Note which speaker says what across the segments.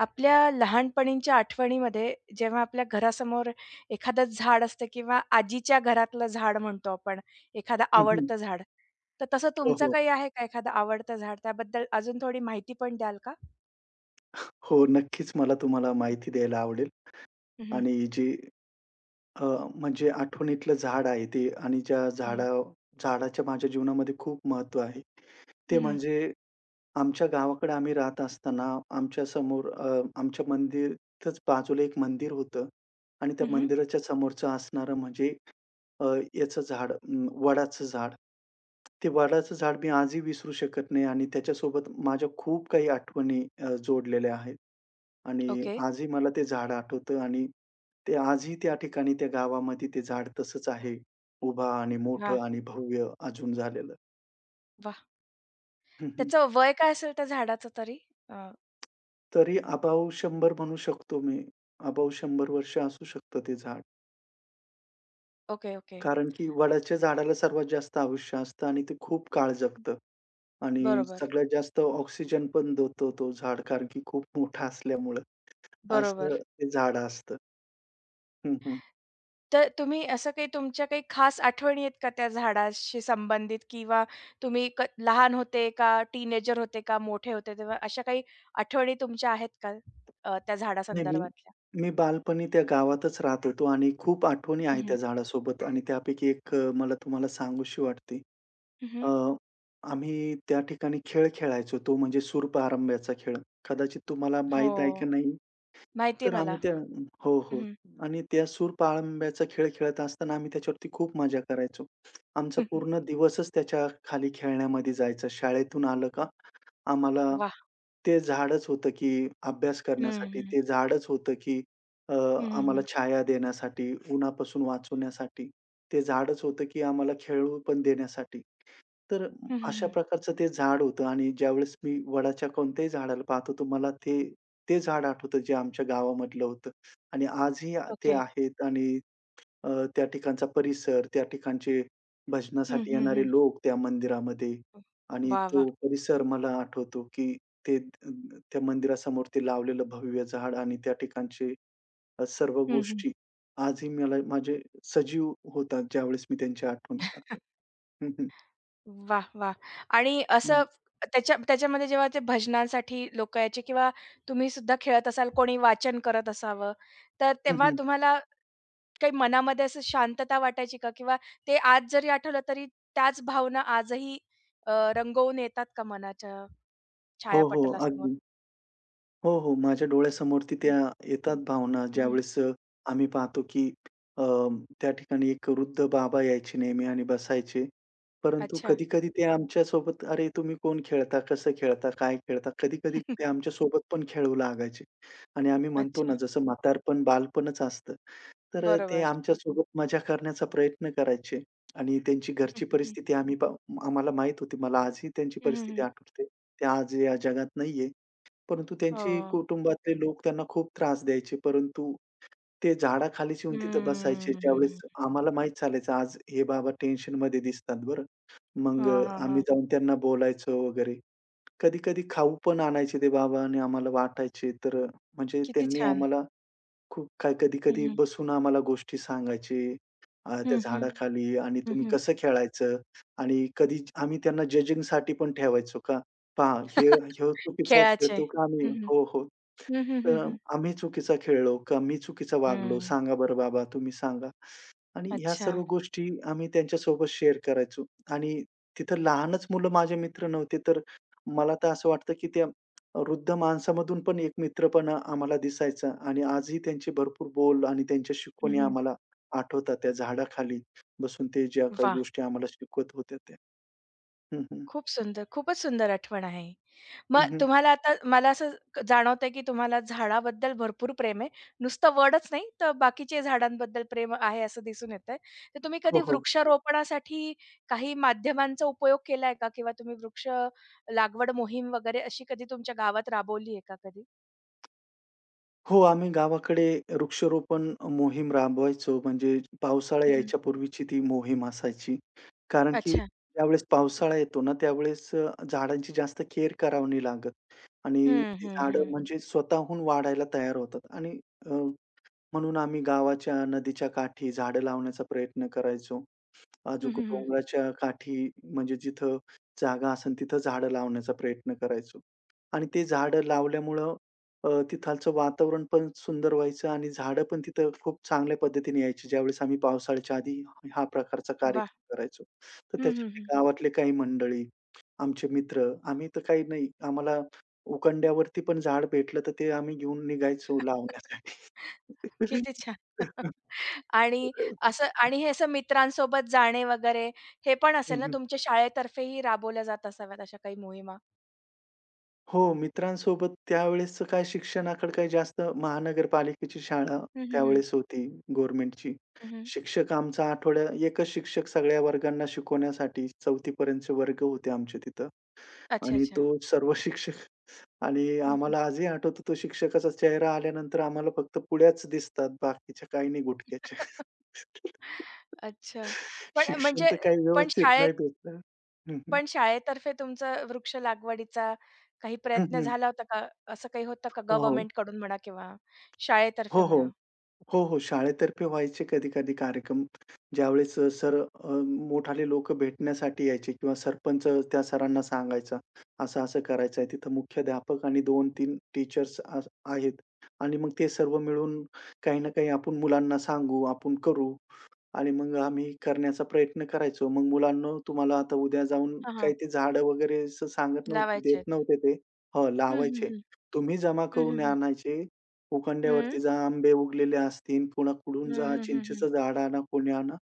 Speaker 1: आपल्या लहानपणीच्या आठवणीमध्ये जेव्हा आपल्या घरासमोर एखादं झाड असतं किंवा आजीच्या घरातलं झाड म्हणतो आपण, एखादं
Speaker 2: हं, हं.
Speaker 1: आवडतं झाड. तर तसं
Speaker 2: हो,
Speaker 1: तुमचं
Speaker 2: हो.
Speaker 1: काही आहे का एखादं आवडतं झाड? त्याबद्दल अजून थोडी माहिती पण द्याल का?
Speaker 2: हो, नक्कीच मला तुम्हाला माहिती द्यायला आवडेल
Speaker 1: हं, हं,
Speaker 2: आणि जे अ, म्हणजे आठवणीतलं झाड आहे ते आणि ज्या झाडा
Speaker 1: हं,
Speaker 2: झाडाच्या माझ्या जीवनामध्ये खूप महत्त्व आहे. ते
Speaker 1: हं, हं,
Speaker 2: म्हणजे आमच्या गावाकडे आम्ही राहत असताना आमच्या समोर आमच्या मंदिरच्याच बाजूला एक मंदिर होतं आणि त्या
Speaker 1: हं, हं.
Speaker 2: मंदिराच्या समोरचं असणारं म्हणजे अ, याचं झाड वडाचं झाड. ते वडाचं झाड मी आजही विसरू शकत नाही आणि त्याच्यासोबत माझ्या खूप काही आठवणी जोडलेल्या आहेत. आणि
Speaker 1: ओके.
Speaker 2: आजही मला ते झाड आठवतं आणि ते आजही त्या ठिकाणी, त्या गावामध्ये ते झाड तसंच आहे. उभा आणि
Speaker 1: वाह!
Speaker 2: मोठं आणि भव्य अजून झालेलं.
Speaker 1: वाह!
Speaker 2: हं, हं.
Speaker 1: त्याचं वय काय असेल त्या झाडाचं तरी? अ,
Speaker 2: तरी अबाऊ 100 म्हणू शकतो मी. अबाऊ 100 वर्ष असू शकतं ते झाड.
Speaker 1: Okay, okay.
Speaker 2: कारण की वडाच्या झाडाला सर्वात जास्त आयुष्य असतं आणि ते खूप काळ जगतं आणि
Speaker 1: बरोबर,
Speaker 2: सगळ्यात जास्त ऑक्सिजन पण देतो तो झाड कारण की खूप मोठा असल्यामुळं असं
Speaker 1: बरोबर.
Speaker 2: ते झाड असतं. हं, हं.
Speaker 1: तर तुम्ही असं काही तुमच्या काही खास आठवणी आहेत का त्या झाडाशी संबंधित किंवा तुम्ही क लहान होते का, टीनेजर होते का, मोठे होते तेव्हा अशा काही आठवणी तुमच्या आहेत का त्या
Speaker 2: नाही, मी
Speaker 1: झाडासंदर्भातल्या?
Speaker 2: मी बालपणी त्या गावातच राहत होतो आणि खूप आठवणी
Speaker 1: हं,
Speaker 2: आहेत
Speaker 1: हं.
Speaker 2: त्या झाडासोबत आणि त्यापैकी एक मला तुम्हाला सांगूशी वाटते.
Speaker 1: हं,
Speaker 2: अ,
Speaker 1: हं.
Speaker 2: आम्ही त्या ठिकाणी खेळ खेळायचो तो म्हणजे सूरपारंब्याचा खेळ. कदाचित तुम्हाला माहीत आहे
Speaker 1: हो.
Speaker 2: का नाही?
Speaker 1: माहिती आहे
Speaker 2: तर
Speaker 1: मला.
Speaker 2: आम्ही त्या हो,
Speaker 1: हं,
Speaker 2: हो.
Speaker 1: हं.
Speaker 2: आणि त्या सूरपारंब्याचा खेळ खेळत असताना आम्ही त्याच्यावरती खूप मजा करायचो. आमचा
Speaker 1: हं, हं.
Speaker 2: पूर्ण दिवसच त्याच्या खाली खेळण्यामध्ये जायचा. शाळेतून आलं का आम्हाला
Speaker 1: वाह!
Speaker 2: ते झाडच होतं, की अभ्यास
Speaker 1: हं,
Speaker 2: करण्यासाठी.
Speaker 1: हं.
Speaker 2: ते झाडच होतं, की अ,
Speaker 1: हं,
Speaker 2: आम्हाला
Speaker 1: हं,
Speaker 2: छाया देण्यासाठी, उन्हापासून वाचवण्यासाठी. ते झाडच होतं, की आम्हाला खेळू पण देण्यासाठी. तर अशा प्रकारचं ते झाड होतं आणि ज्यावेळेस मी वडाच्या कोणत्याही झाडाला पाहतो, तर मला ते ते झाड आठवतं, जे आमच्या गावामधलं होतं आणि आजही ते
Speaker 1: ओके.
Speaker 2: आहेत आणि अ, त्या ठिकाणचा परिसर, त्या ठिकाणचे
Speaker 1: हं,
Speaker 2: भजनासाठी
Speaker 1: हं, हं.
Speaker 2: येणारे लोक त्या मंदिरामध्ये आणि
Speaker 1: वाह, वाह!
Speaker 2: तो परिसर मला आठवतो, की ते त्या मंदिरासमोर ते लावलेलं भव्य झाड आणि त्या ठिकाणचे सर्व
Speaker 1: हं, हं.
Speaker 2: गोष्टी आजही मला माझे सजीव होतात ज्यावेळेस मी त्यांची आठवण करतो. हं, हं.
Speaker 1: वाह! वाह! आणि
Speaker 2: हं.
Speaker 1: असं त्याच्या त्याच्यामध्ये जेव्हा ते भजनांसाठी लोकं यायचे किंवा तुम्ही सुद्धा खेळत असाल, कोणी वाचन करत असावं, तर
Speaker 2: हं,
Speaker 1: तेव्हा
Speaker 2: हं.
Speaker 1: तुम्हाला काही मनामध्ये असं शांतता वाटायची का? किंवा ते आज जरी आठवलं तरी त्याच भावना आजही अ, रंगवून येतात का मनाच्या
Speaker 2: हो, हो.
Speaker 1: छायापटलासमोर?
Speaker 2: अगदी. हो, हो. माझ्या डोळ्यासमोर ती
Speaker 1: हं.
Speaker 2: त्या येतात भावना
Speaker 1: हं, हं.
Speaker 2: ज्यावेळेस आम्ही पाहतो की अ, त्या ठिकाणी एक वृद्ध बाबा यायचे नेहमी आणि बसायचे. परंतु
Speaker 1: अच्छा.
Speaker 2: कधी-कधी ते आमच्या सोबत "अरे, तुम्ही कोण खेळता? कसं खेळता? काय खेळता?" कधी-कधी ते आमच्या सोबत पण खेळू लागायचे आणि आम्ही म्हणतो ना,
Speaker 1: अच्छा.
Speaker 2: जसं म्हातारपण बालपणच असतं. तर ते
Speaker 1: बरोबर.
Speaker 2: आमच्यासोबत मजा करण्याचा प्रयत्न करायचे आणि त्यांची
Speaker 1: हं,
Speaker 2: घरची
Speaker 1: हं, हं.
Speaker 2: परिस्थिती आम्ही पा आम्हाला माहीत होती. मला आजही त्यांची परिस्थिती
Speaker 1: हं,
Speaker 2: आठवते. ते आज या जगात नाहीये. परंतु
Speaker 1: हो.
Speaker 2: त्यांची कुटुंबातले लोक त्यांना खूप त्रास द्यायचे. परंतु ते झाडाखालीच येऊन तिथं बसायचे. ज्यावेळेस
Speaker 1: हम्म.
Speaker 2: आम्हाला माहीत चालायचं आज हे बाबा टेन्शनमध्ये दिसतात बरं. मग
Speaker 1: हां, हां,
Speaker 2: आम्ही
Speaker 1: हां.
Speaker 2: जाऊन त्यांना बोलायचो वगैरे. कधी-कधी खाऊ पण आणायचे ते बाबा आणि आम्हाला वाटायचे. तर म्हणजे
Speaker 1: किती
Speaker 2: त्यांनी
Speaker 1: छान.
Speaker 2: आम्हाला खूप काही
Speaker 1: हं,
Speaker 2: कधी-कधी
Speaker 1: हं.
Speaker 2: बसून आम्हाला गोष्टी सांगायचे. त्या
Speaker 1: हं, हं.
Speaker 2: झाडाखाली आणि तुम्ही कसं खेळायचं आणि कधी आम्ही त्यांना जजिंगसाठी पण ठेवायचो का पहा हे ह्यो चुकीचा
Speaker 1: खेळाचे.
Speaker 2: खेळतो का आम्ही
Speaker 1: हं, हं.
Speaker 2: हो, हो.
Speaker 1: हं, हं,
Speaker 2: तर
Speaker 1: हं, हं.
Speaker 2: आम्ही चुकीचा खेळलो का मी चुकीचा वागलो?
Speaker 1: हं.
Speaker 2: सांगा बरं बाबा, तुम्ही सांगा. आणि ह्या
Speaker 1: अच्छा.
Speaker 2: सर्व गोष्टी आम्ही त्यांच्यासोबत शेअर करायचो आणि तिथं लहानच मुलं माझे मित्र नव्हते, तर मला तर असं वाटतं, की त्या वृद्ध माणसामधून पण एक मित्रपणा आम्हाला दिसायचा आणि आजही त्यांचे भरपूर बोल आणि त्यांच्या
Speaker 1: हं,
Speaker 2: शिकवणी
Speaker 1: हं.
Speaker 2: आम्हाला आठवतात. त्या झाडाखाली बसून ते ज्या काही
Speaker 1: वाह!
Speaker 2: गोष्टी आम्हाला शिकवत होत्या त्या. हं, हं.
Speaker 1: खूप सुंदर. खूपच सुंदर आठवण आहे.
Speaker 2: हं,
Speaker 1: मग
Speaker 2: हं.
Speaker 1: तुम्हाला आता मला असं जाणवतंय, की तुम्हाला झाडाबद्दल भरपूर प्रेम आहे. नुसतं वडच नाही, तर बाकीचे झाडांबद्दल प्रेम आहे असं दिसून येतंय. तर तुम्ही
Speaker 2: हो,
Speaker 1: कधी
Speaker 2: हो.
Speaker 1: वृक्षारोपणासाठी काही माध्यमांचा उपयोग केलाय का? किंवा तुम्ही वृक्ष लागवड मोहीम वगैरे अशी कधी तुमच्या गावात राबवली आहे का कधी?
Speaker 2: हो, आम्ही गावाकडे वृक्षारोपण मोहीम राबवायचो. म्हणजे पावसाळा
Speaker 1: हं, हं.
Speaker 2: यायच्या पूर्वीची ती मोहीम असायची. कारण की
Speaker 1: अच्छा.
Speaker 2: ज्यावेळेस पावसाळा येतो ना, त्यावेळेस झाडांची जास्त केअर करावी नाही लागत आणि
Speaker 1: हं,
Speaker 2: ती
Speaker 1: हं,
Speaker 2: झाडं
Speaker 1: हं.
Speaker 2: म्हणजे स्वतःहून वाढायला तयार होतात आणि अ, म्हणून आम्ही गावाच्या नदीच्या काठी झाडं लावण्याचा प्रयत्न करायचो.
Speaker 1: हं,
Speaker 2: अजूक
Speaker 1: हं, हं.
Speaker 2: डोंगराच्या काठी म्हणजे जिथं जागा असेल तिथं झाडं लावण्याचा प्रयत्न करायचो. आणि ते झाडं लावल्यामुळं तिथालचं वातावरण पण सुंदर व्हायचं आणि झाडं पण तिथं खूप चांगल्या पद्धतीने यायची. ज्यावेळेस आम्ही पावसाळ्याच्या आधी हा प्रकारचा
Speaker 1: वाह!
Speaker 2: कार्यक्रम करायचो. तर
Speaker 1: हं, हं,
Speaker 2: त्याच्यातले
Speaker 1: हं.
Speaker 2: गावातले काही मंडळी, आमचे मित्र, आम्ही तर काही नाही आम्हाला उखंड्यावरती पण झाड भेटलं तर ते आम्ही घेऊन निघायचो लावण्यासाठी.
Speaker 1: किती छान. आणि असं आणि हे असं मित्रांसोबत जाणे वगैरे हे पण असेल ना,
Speaker 2: हम्म,
Speaker 1: तुमच्या शाळेतर्फेही राबवल्या जात असाव्यात अशा काही मोहिमा?
Speaker 2: हो, मित्रांसोबत त्यावेळेसचं काय शिक्षणाकडे काही जास्त महानगरपालिकेची शाळा
Speaker 1: हं, हं, हं.
Speaker 2: त्यावेळेस होती गव्हर्नमेंटची.
Speaker 1: हं, हं.
Speaker 2: शिक्षक आमचा आठवड्या एकच शिक्षक सगळ्या वर्गांना शिकवण्यासाठी 4थी पर्यंतचे वर्ग होते आमचे तिथं
Speaker 1: अच्छा,
Speaker 2: आणि
Speaker 1: अच्छा.
Speaker 2: तो सर्व शिक्षक आणि
Speaker 1: हं, हं.
Speaker 2: आम्हाला आजही आठवतो तो शिक्षकाचा चेहरा आल्यानंतर आम्हाला फक्त पुड्याच दिसतात, बाकीच्या काही नाही गुटक्याच्या.
Speaker 1: अच्छा. पण
Speaker 2: शिक्षण
Speaker 1: म्हणजे
Speaker 2: तर काही
Speaker 1: पण
Speaker 2: व्यवस्थित
Speaker 1: शाळेत
Speaker 2: नाही भेटलं. हं, हं.
Speaker 1: पण शाळेतर्फे तुमचा वृक्ष लागवडीचा काही
Speaker 2: हं,
Speaker 1: प्रयत्न
Speaker 2: हं.
Speaker 1: झाला होता का? असं काही होतं का
Speaker 2: हो, हो.
Speaker 1: गव्हर्नमेंटकडून म्हणा किंवा
Speaker 2: हो,
Speaker 1: शाळेतर्फे
Speaker 2: हो.
Speaker 1: म्हणा?
Speaker 2: हो, हो. शाळेतर्फे व्हायचे कधी-कधी कार्यक्रम. ज्यावेळेस अ, मोठाले लोकं भेटण्यासाठी यायचे किंवा सरपंच त्या सरांना सांगायचा, असं-असं करायचं आहे. तिथं मुख्याध्यापक आणि दोन तीन टीचर्स आहेत आणि मग ते सर्व मिळून काही ना काही आपण मुलांना सांगू, आपण करू. आणि मग आम्ही करण्याचा प्रयत्न करायचो. मग मुलांनो, तुम्हाला आता उद्या जाऊन
Speaker 1: हां, हां.
Speaker 2: काही ते झाडं वगैरे असं सांगत नव्हते,
Speaker 1: लावायचे
Speaker 2: देत
Speaker 1: आहेत.
Speaker 2: नव्हते ते. हो,
Speaker 1: हं, हं,
Speaker 2: लावायचे.
Speaker 1: हं.
Speaker 2: तुम्ही जमा
Speaker 1: हं, हं,
Speaker 2: करून
Speaker 1: हं.
Speaker 2: आणायचे. उखंड्यावरती
Speaker 1: हं.
Speaker 2: जा, आंबे उगलेले असतील, पुन्हा कुडून
Speaker 1: हं,
Speaker 2: जा,
Speaker 1: हं, हं, हं.
Speaker 2: चिंचेचं झाड आणा, कोणी आणा,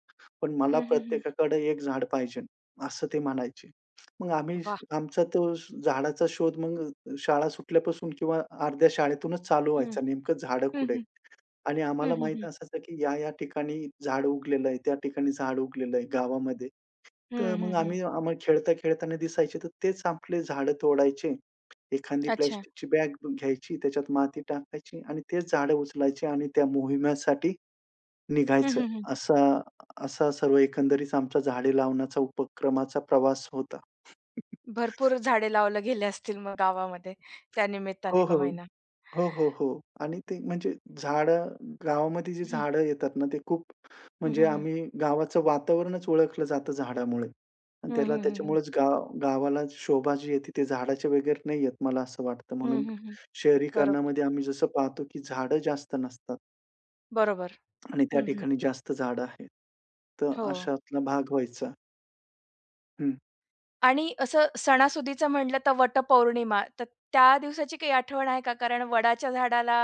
Speaker 2: पण मला
Speaker 1: हं, हं, हं.
Speaker 2: प्रत्येकाकडे एक झाड पाहिजे, असं ते म्हणायचे. मग आम्ही आमचा तो झाडाचा शोध मग शाळा सुटल्यापासून किंवा अर्ध्या शाळेतूनच चालू
Speaker 1: हं.
Speaker 2: व्हायचा, नेमकं झाडं
Speaker 1: हं,
Speaker 2: कुठे
Speaker 1: हं.
Speaker 2: आणि आम्हाला
Speaker 1: हं, हं,
Speaker 2: माहीत
Speaker 1: हं.
Speaker 2: असायचं की या-या ठिकाणी झाड उगलेलं आहे, त्या ठिकाणी झाड उगलेलं आहे गावामध्ये. तर
Speaker 1: हं,
Speaker 2: मग
Speaker 1: हं, हं.
Speaker 2: आम्ही आम्हाला खेळता-खेळताना दिसायचे, तर तेच आपले झाडं तोडायचे. एखादी
Speaker 1: अच्छा.
Speaker 2: प्लास्टिकची बॅग घ्यायची, त्याच्यात माती टाकायची आणि तेच झाडं उचलायचे आणि त्या मोहिमेसाठी
Speaker 1: हं,
Speaker 2: निघायचं.
Speaker 1: हं, हं.
Speaker 2: असा असा सर्व एकंदरीत आमचा झाडे लावण्याचा उपक्रमाचा प्रवास होता.
Speaker 1: भरपूर झाडे लावल्या गेले असतील मग गावामध्ये
Speaker 2: हो,
Speaker 1: त्यानिमित्ताने का
Speaker 2: हो.
Speaker 1: होईना.
Speaker 2: हो, हो, हो. आणि ते म्हणजे झाडं गावामध्ये जी
Speaker 1: हं.
Speaker 2: झाडं येतात ना, ते खूप
Speaker 1: हं,
Speaker 2: म्हणजे
Speaker 1: हं, हं.
Speaker 2: आम्ही गावाचं वातावरणच ओळखलं जातं झाडामुळे. आणि
Speaker 1: हं,
Speaker 2: त्याला
Speaker 1: हं, हं, हं.
Speaker 2: त्याच्यामुळेच गाव गावाला शोभा जी येते ते झाडाच्या वगैरे नाही येत मला असं वाटतं.
Speaker 1: हं,
Speaker 2: म्हणून
Speaker 1: हं, हं. बरोबर,
Speaker 2: शहरीकरणामध्ये आम्ही जसं पाहतो, की झाडं जास्त नसतात
Speaker 1: बरोबर.
Speaker 2: आणि त्या
Speaker 1: हं, हं.
Speaker 2: ठिकाणी जास्त झाडं आहेत. तर
Speaker 1: हो.
Speaker 2: अशातला भाग व्हायचा. हं.
Speaker 1: आणि असं सणासुदीचं म्हटलं तर वटपौर्णिमा, तर त्या दिवसाची काही आठवण आहे का? कारण वडाच्या झाडाला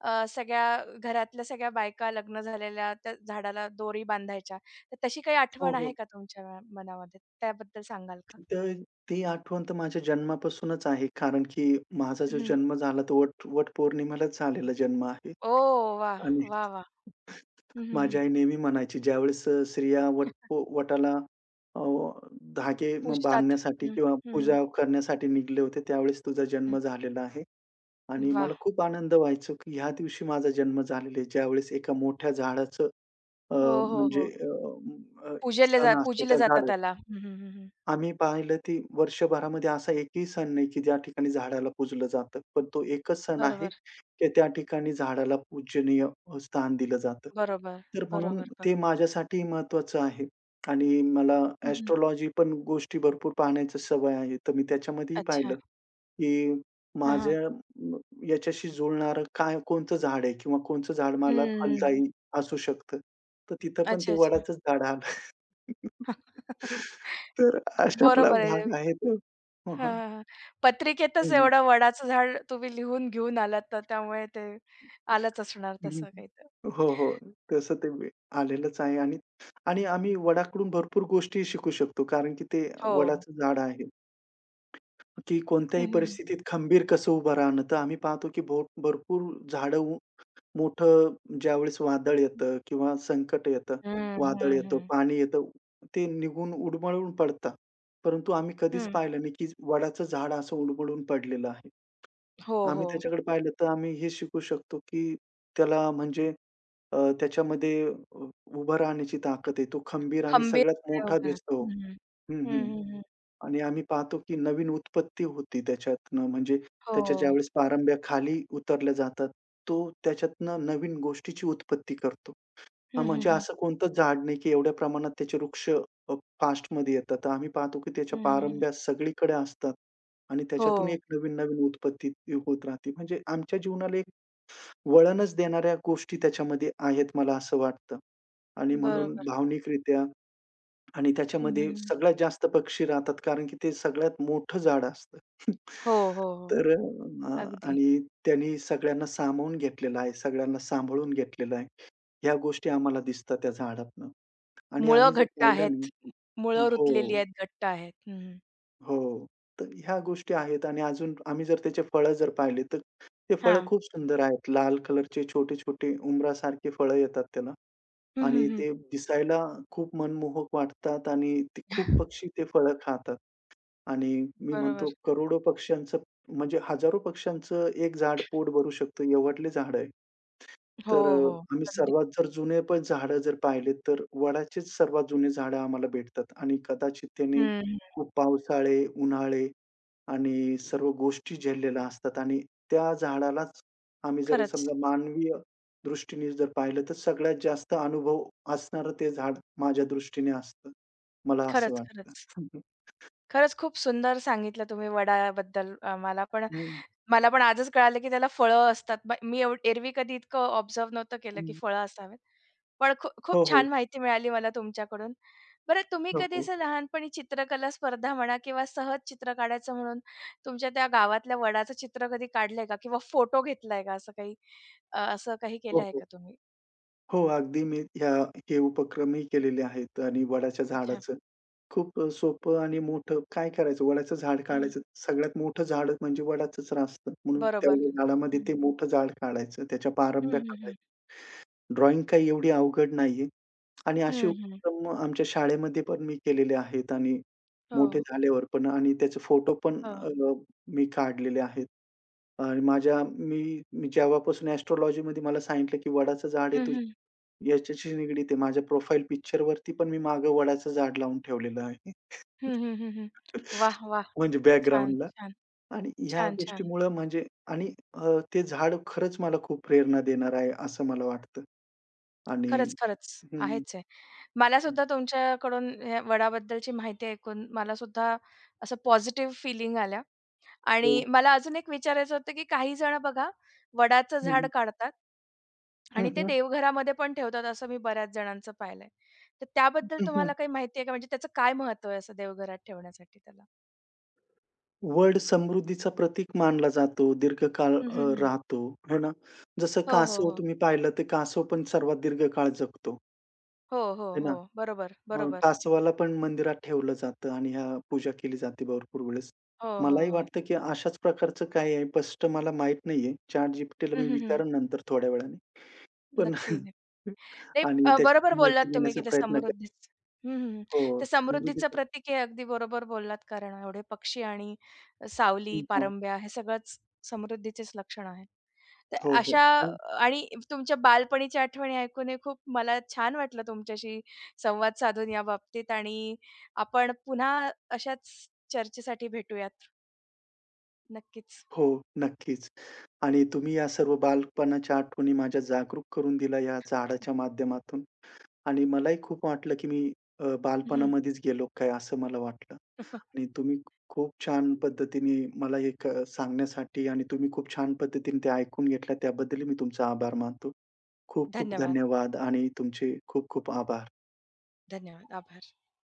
Speaker 1: सगळ्या घरातल्या सगळ्या बायका लग्न झालेल्या त्या झाडाला दोरी बांधायच्या. तर तशी काही
Speaker 2: हो,
Speaker 1: आठवण आहे
Speaker 2: हो.
Speaker 1: का तुमच्या मनामध्ये? त्याबद्दल सांगाल का?
Speaker 2: तिथं ती आठवण तर माझ्या जन्मापासूनच आहे. कारण की माझा जो जन्म झाला तो वटपौर्णिमेलाच झालेला जन्म आहे.
Speaker 1: ओह! वाह!
Speaker 2: आणि
Speaker 1: वाह, वाह! हं, हं, हं.
Speaker 2: माझी आई नेहमी म्हणायची, ज्यावेळेस स्त्रिया वट व वटाला अ, धागे मग
Speaker 1: पूजतात.
Speaker 2: बांधण्यासाठी
Speaker 1: हं,
Speaker 2: किंवा
Speaker 1: हं, हं,
Speaker 2: पूजा करण्यासाठी निघले होते, त्यावेळेस तुझा
Speaker 1: हं.
Speaker 2: जन्म झालेला आहे. आणि
Speaker 1: वाह!
Speaker 2: मला खूप आनंद व्हायचो, की ह्या दिवशी माझा जन्म झालेला आहे. ज्यावेळेस एका मोठ्या झाडाचं अ,
Speaker 1: हो, हो,
Speaker 2: म्हणजे
Speaker 1: हो.
Speaker 2: अ, म- अ,
Speaker 1: पूजले जा
Speaker 2: सण असतो
Speaker 1: पूजले
Speaker 2: त्या
Speaker 1: जातात
Speaker 2: झाड
Speaker 1: त्याला. हं, हं, हं, हं.
Speaker 2: आम्ही पाहिलं ती वर्षभरामध्ये असा एकही सण नाही, की ज्या ठिकाणी झाडाला पूजलं जातं. पण तो एकच सण आहे,
Speaker 1: बरोबर,
Speaker 2: की त्या ठिकाणी झाडाला पूजनीय स्थान दिलं जातं.
Speaker 1: बरोबर,
Speaker 2: तर म्हणून
Speaker 1: बरोबर,
Speaker 2: ते
Speaker 1: बरं.
Speaker 2: माझ्यासाठी महत्त्वाचं आहे आणि मला
Speaker 1: हं, हं.
Speaker 2: एस्ट्रोलॉजी पण गोष्टी भरपूर पाहण्याची सवय आहे. तर मी त्याच्यामध्येही पाहिलं,
Speaker 1: अच्छा.
Speaker 2: की
Speaker 1: हां, हां.
Speaker 2: माझ्या म याच्याशी जुळणारं काय कोणतं झाड आहे किंवा कोणचं झाड
Speaker 1: हं,
Speaker 2: मला
Speaker 1: हं.
Speaker 2: फलदायी असू शकतं. तर तिथं पण
Speaker 1: अच्छा,
Speaker 2: ते
Speaker 1: अच्छा.
Speaker 2: वडाचंच झाड आलं. तर अशातला
Speaker 1: बरोबर आहे.
Speaker 2: भाग आहे तो. हां,
Speaker 1: हां,
Speaker 2: हां.
Speaker 1: हां, हां. पत्रिकेतच
Speaker 2: हं, हं.
Speaker 1: एवढं वडाचं झाड तुम्ही लिहून घेऊन आलात तर त्यामुळे ते आलंच असणार तसं काही तर.
Speaker 2: हो, हो. तसं आलेलंच आहे आणि आणि आम्ही वडाकडून भरपूर गोष्टी शिकू शकतो. कारण की ते
Speaker 1: हो.
Speaker 2: वडाचं झाड आहे, की कोणत्याही
Speaker 1: हं, हं.
Speaker 2: परिस्थितीत खंबीर कसं उभं राहणं. तर आम्ही पाहतो की भरपूर झाडं उ- मोठं ज्यावेळेस वादळ येतं किंवा संकट येतं,
Speaker 1: हं,
Speaker 2: वादळ
Speaker 1: हं,
Speaker 2: येतं,
Speaker 1: हं.
Speaker 2: पाणी येतं, ते निघून उडमळून पडतात. परंतु आम्ही कधीच
Speaker 1: हं.
Speaker 2: पाहिलं नाही की वडाचं झाड असं उडमळून पडलेलं आहे.
Speaker 1: हो,
Speaker 2: आम्ही
Speaker 1: हो.
Speaker 2: त्याच्याकडे पाहिलं तर आम्ही हे शिकू शकतो, की त्याला म्हणजे त्याच्यामध्ये उभं राहण्याची ताकद आहे. तो खंबीर आणि सगळ्यात
Speaker 1: खंबीरपणे
Speaker 2: मोठा
Speaker 1: उभा राहा.
Speaker 2: दिसतो.
Speaker 1: हं, हं.
Speaker 2: हं, हं.
Speaker 1: हं, हं, हं.
Speaker 2: आणि आम्ही पाहतो, की नवीन उत्पत्ती होती त्याच्यातनं. म्हणजे
Speaker 1: हो.
Speaker 2: त्याच्या ज्यावेळेस पारंब्या खाली उतरल्या जातात, तो त्याच्यातनं नवीन गोष्टीची उत्पत्ती करतो. हां,
Speaker 1: हं, हं,
Speaker 2: म्हणजे
Speaker 1: हं.
Speaker 2: असं कोणतंच झाड नाही, की एवढ्या प्रमाणात त्याचे वृक्ष अ, फास्टमध्ये येतात. तर आम्ही पाहतो, की
Speaker 1: हं,
Speaker 2: त्याच्या
Speaker 1: हं, हं.
Speaker 2: पारंब्या सगळीकडे असतात आणि त्याच्यातून
Speaker 1: हो.
Speaker 2: एक नवीन-नवीन उत्पत्ती होत राहते. म्हणजे आमच्या जीवनाला एक वळणच देणाऱ्या गोष्टी त्याच्यामध्ये आहेत, मला असं वाटतं. आणि म्हणून
Speaker 1: बरोबर.
Speaker 2: भावनिकरित्या आणि
Speaker 1: हं, हं,
Speaker 2: त्याच्यामध्ये
Speaker 1: हं.
Speaker 2: सगळ्यात जास्त पक्षी राहतात, कारण की ते सगळ्यात मोठं झाड असतं.
Speaker 1: हो, हो, हो.
Speaker 2: तर
Speaker 1: अगदी.
Speaker 2: आणि त्यांनी सगळ्यांना सामावून घेतलेलं आहे, सगळ्यांना सांभाळून घेतलेलं आहे. ह्या गोष्टी आम्हाला दिसतात त्या झाडातनं. आणि
Speaker 1: मुळं
Speaker 2: आम्ही जर
Speaker 1: घट्ट
Speaker 2: पाहिलं ना
Speaker 1: आहेत.
Speaker 2: हो,
Speaker 1: मुळं रुतलेली
Speaker 2: हो.
Speaker 1: आहेत, घट्ट आहेत. हं, हं.
Speaker 2: हो, तर ह्या गोष्टी आहेत आणि अजून आम्ही जर त्याचे फळं जर पाहिले, तर ते फळं
Speaker 1: हां.
Speaker 2: खूप सुंदर आहेत. लाल कलरचे छोटे-छोटे उंबरासारखे फळं येतात त्याला
Speaker 1: हं, हं,
Speaker 2: आणि
Speaker 1: हं.
Speaker 2: ते दिसायला खूप मनमोहक वाटतात आणि ते खूप पक्षी ते फळं खातात. आणि मी
Speaker 1: बरोबर.
Speaker 2: म्हणतो करोडो पक्ष्यांचं म्हणजे हजारो पक्ष्यांचं एक झाड पोट भरू शकतं एवढले झाड आहे. तर
Speaker 1: हो, हो.
Speaker 2: आम्ही
Speaker 1: अगदी.
Speaker 2: सर्वात जर जुने पण झाडं जर पाहिले, तर वडाचीच सर्वात जुनी झाडं आम्हाला भेटतात आणि कदाचित त्यांनी
Speaker 1: हं, हं.
Speaker 2: खूप पावसाळे, उन्हाळे आणि सर्व गोष्टी झेललेल्या असतात आणि त्या झाडालाच आम्ही जर
Speaker 1: खरंच.
Speaker 2: समजा मानवीय दृष्टीने जर पाहिलं, तर सगळ्यात जास्त अनुभव असणारं ते झाड माझ्या दृष्टीने असतं. मला असं
Speaker 1: खरंच,
Speaker 2: वाटतं.
Speaker 1: खरंच. खरंच खूप सुंदर सांगितलं तुम्ही वडाबद्दल मला पण
Speaker 2: हं,
Speaker 1: मला पण आजच कळालं, की त्याला फळं असतात. म मी एव एरवी कधी इतकं ऑब्झर्व्ह नव्हतं केलं, की
Speaker 2: हं.
Speaker 1: फळं असावेत. पण खू
Speaker 2: हो,
Speaker 1: खूप
Speaker 2: हो.
Speaker 1: छान माहिती मिळाली मला तुमच्याकडून. बरं तुम्ही
Speaker 2: हो,
Speaker 1: कधी
Speaker 2: हो.
Speaker 1: असं लहानपणी चित्रकला स्पर्धा म्हणा किंवा सहज चित्र काढायचं म्हणून तुमच्या त्या गावातल्या वडाचं चित्र कधी काढलंय का? किंवा फोटो घेतलाय का असं काही? असं काही
Speaker 2: हो,
Speaker 1: केलं आहे
Speaker 2: हो.
Speaker 1: का तुम्ही?
Speaker 2: हो, अगदी मी ह्या हे उपक्रमही केलेले आहेत आणि वडाच्या
Speaker 1: अच्छा.
Speaker 2: झाडाचं खूप सोपं आणि मोठं काय करायचं? वडाचं झाड
Speaker 1: हं, हं.
Speaker 2: काढायचं. सगळ्यात मोठं झाड म्हणजे वडाचंच असतं. म्हणून त्या
Speaker 1: बरोबर.
Speaker 2: झाडामध्ये
Speaker 1: हं,
Speaker 2: ते मोठं झाड काढायचं, त्याच्या
Speaker 1: हं,
Speaker 2: पारंब्या
Speaker 1: हं, हं.
Speaker 2: काढायच्या. ड्रॉइंग काही एवढी अवघड नाहीये आणि असे
Speaker 1: हं, हं.
Speaker 2: उपक्रम आमच्या शाळेमध्ये पण मी केलेले आहेत आणि
Speaker 1: हो,
Speaker 2: मोठे झाल्यावर पण आणि त्याचे फोटो पण
Speaker 1: हो.
Speaker 2: मी काढलेले आहेत. आणि माझ्या मी मी जेव्हापासून एस्ट्रोलॉजीमध्ये मला सांगितलं, की वडाचं झाड आहे
Speaker 1: हं, हं.
Speaker 2: तुझं याच्याशी निगडीत आहे. माझ्या प्रोफाइल पिक्चरवरती पण मी मागे वडाचं झाड लावून ठेवलेलं आहे.
Speaker 1: हं, हं, हं, हं. वाह! वाह!
Speaker 2: म्हणजे
Speaker 1: छान,
Speaker 2: बॅकग्राऊंडला
Speaker 1: छान,
Speaker 2: आणि ह्या
Speaker 1: छान, छान.
Speaker 2: गोष्टीमुळं म्हणजे आणि ते झाड खरंच मला खूप प्रेरणा देणार आहे, असं मला वाटतं. आणि
Speaker 1: खरंच, खरंच
Speaker 2: हं,
Speaker 1: आहेच आहे. मला
Speaker 2: हं,
Speaker 1: सुद्धा तुमच्याकडून या वडाबद्दलची माहिती ऐकून मला सुद्धा असं पॉझिटिव्ह फीलिंग आल्या
Speaker 2: हो.
Speaker 1: आणि मला अजून एक विचारायचं होतं, की काही जण बघा वडाचं
Speaker 2: हं,
Speaker 1: झाड
Speaker 2: हं.
Speaker 1: काढतात
Speaker 2: हं,
Speaker 1: आणि ते
Speaker 2: हं.
Speaker 1: देवघरामध्ये पण ठेवतात असं मी बऱ्याच जणांचं पाहिलंय. तर त्याबद्दल
Speaker 2: हं, हं.
Speaker 1: तुम्हाला काही माहिती आहे का? म्हणजे त्याचं काय महत्त्व आहे असं देवघरात ठेवण्यासाठी त्याला?
Speaker 2: वड समृद्धीचा प्रतीक मानला जातो, दीर्घकाळ
Speaker 1: हं, हं, हं.
Speaker 2: राहतो, है ना? जसं
Speaker 1: हो, हो,
Speaker 2: कासव
Speaker 1: हो.
Speaker 2: तुम्ही पाहिलं, तर कासव पण सर्वात दीर्घकाळ जगतो,
Speaker 1: हो, हो,
Speaker 2: है ना?
Speaker 1: हो. बरोबर,
Speaker 2: हां,
Speaker 1: बरोबर.
Speaker 2: कासवाला पण मंदिरात ठेवलं जातं आणि ह्या पूजा केली जाते भरपूर वेळेस.
Speaker 1: हो, हो,
Speaker 2: मलाही
Speaker 1: हो.
Speaker 2: वाटतं, की अशाच प्रकारचं काय आहे स्पष्ट मला माहीत नाहीये. ChatGPTला
Speaker 1: हं,
Speaker 2: मी
Speaker 1: हं, हं.
Speaker 2: विचारेन नंतर थोड्या वेळाने. पण
Speaker 1: नक्की. नाही
Speaker 2: आणि त्याची
Speaker 1: बरोबर बोललात
Speaker 2: माहिती
Speaker 1: तुम्ही की
Speaker 2: घेण्याचा
Speaker 1: ते
Speaker 2: प्रयत्न करेन.
Speaker 1: समृद्धीच हं, हं. हं.
Speaker 2: हो,
Speaker 1: ते समृद्धीचं
Speaker 2: समजुतीचं
Speaker 1: प्रतीक हे अगदी बरोबर बोललात कारण एवढे पक्षी आणि सावली,
Speaker 2: हं,
Speaker 1: पारंब्या हे सगळंच समृद्धीचेच लक्षण आहे. तर
Speaker 2: हो, हो.
Speaker 1: अशा
Speaker 2: आणि
Speaker 1: आणि तुमच्या बालपणीच्या आठवणी ऐकून हे खूप मला छान वाटलं तुमच्याशी संवाद साधून या बाबतीत आणि आपण पुन्हा अशाच चर्चेसाठी भेटूयात. नक्कीच.
Speaker 2: हो, नक्कीच. आणि तुम्ही या सर्व बालपणाच्या आठवणी माझ्या जागरूक करून दिल्या या झाडाच्या माध्यमातून आणि मलाही खूप वाटलं, की मी
Speaker 1: हं.
Speaker 2: बालपणामध्येच गेलो काय असं मला वाटलं. आणि तुम्ही खूप छान पद्धतीने मला हे सांगण्यासाठी आणि तुम्ही खूप छान पद्धतीने ते ऐकून घेतलं त्याबद्दल मी तुमचा आभार मानतो. खूप खूप
Speaker 1: धन्यवाद,
Speaker 2: धन्यवाद आणि तुमचे खूप खूप आभार.
Speaker 1: धन्यवाद. आभार.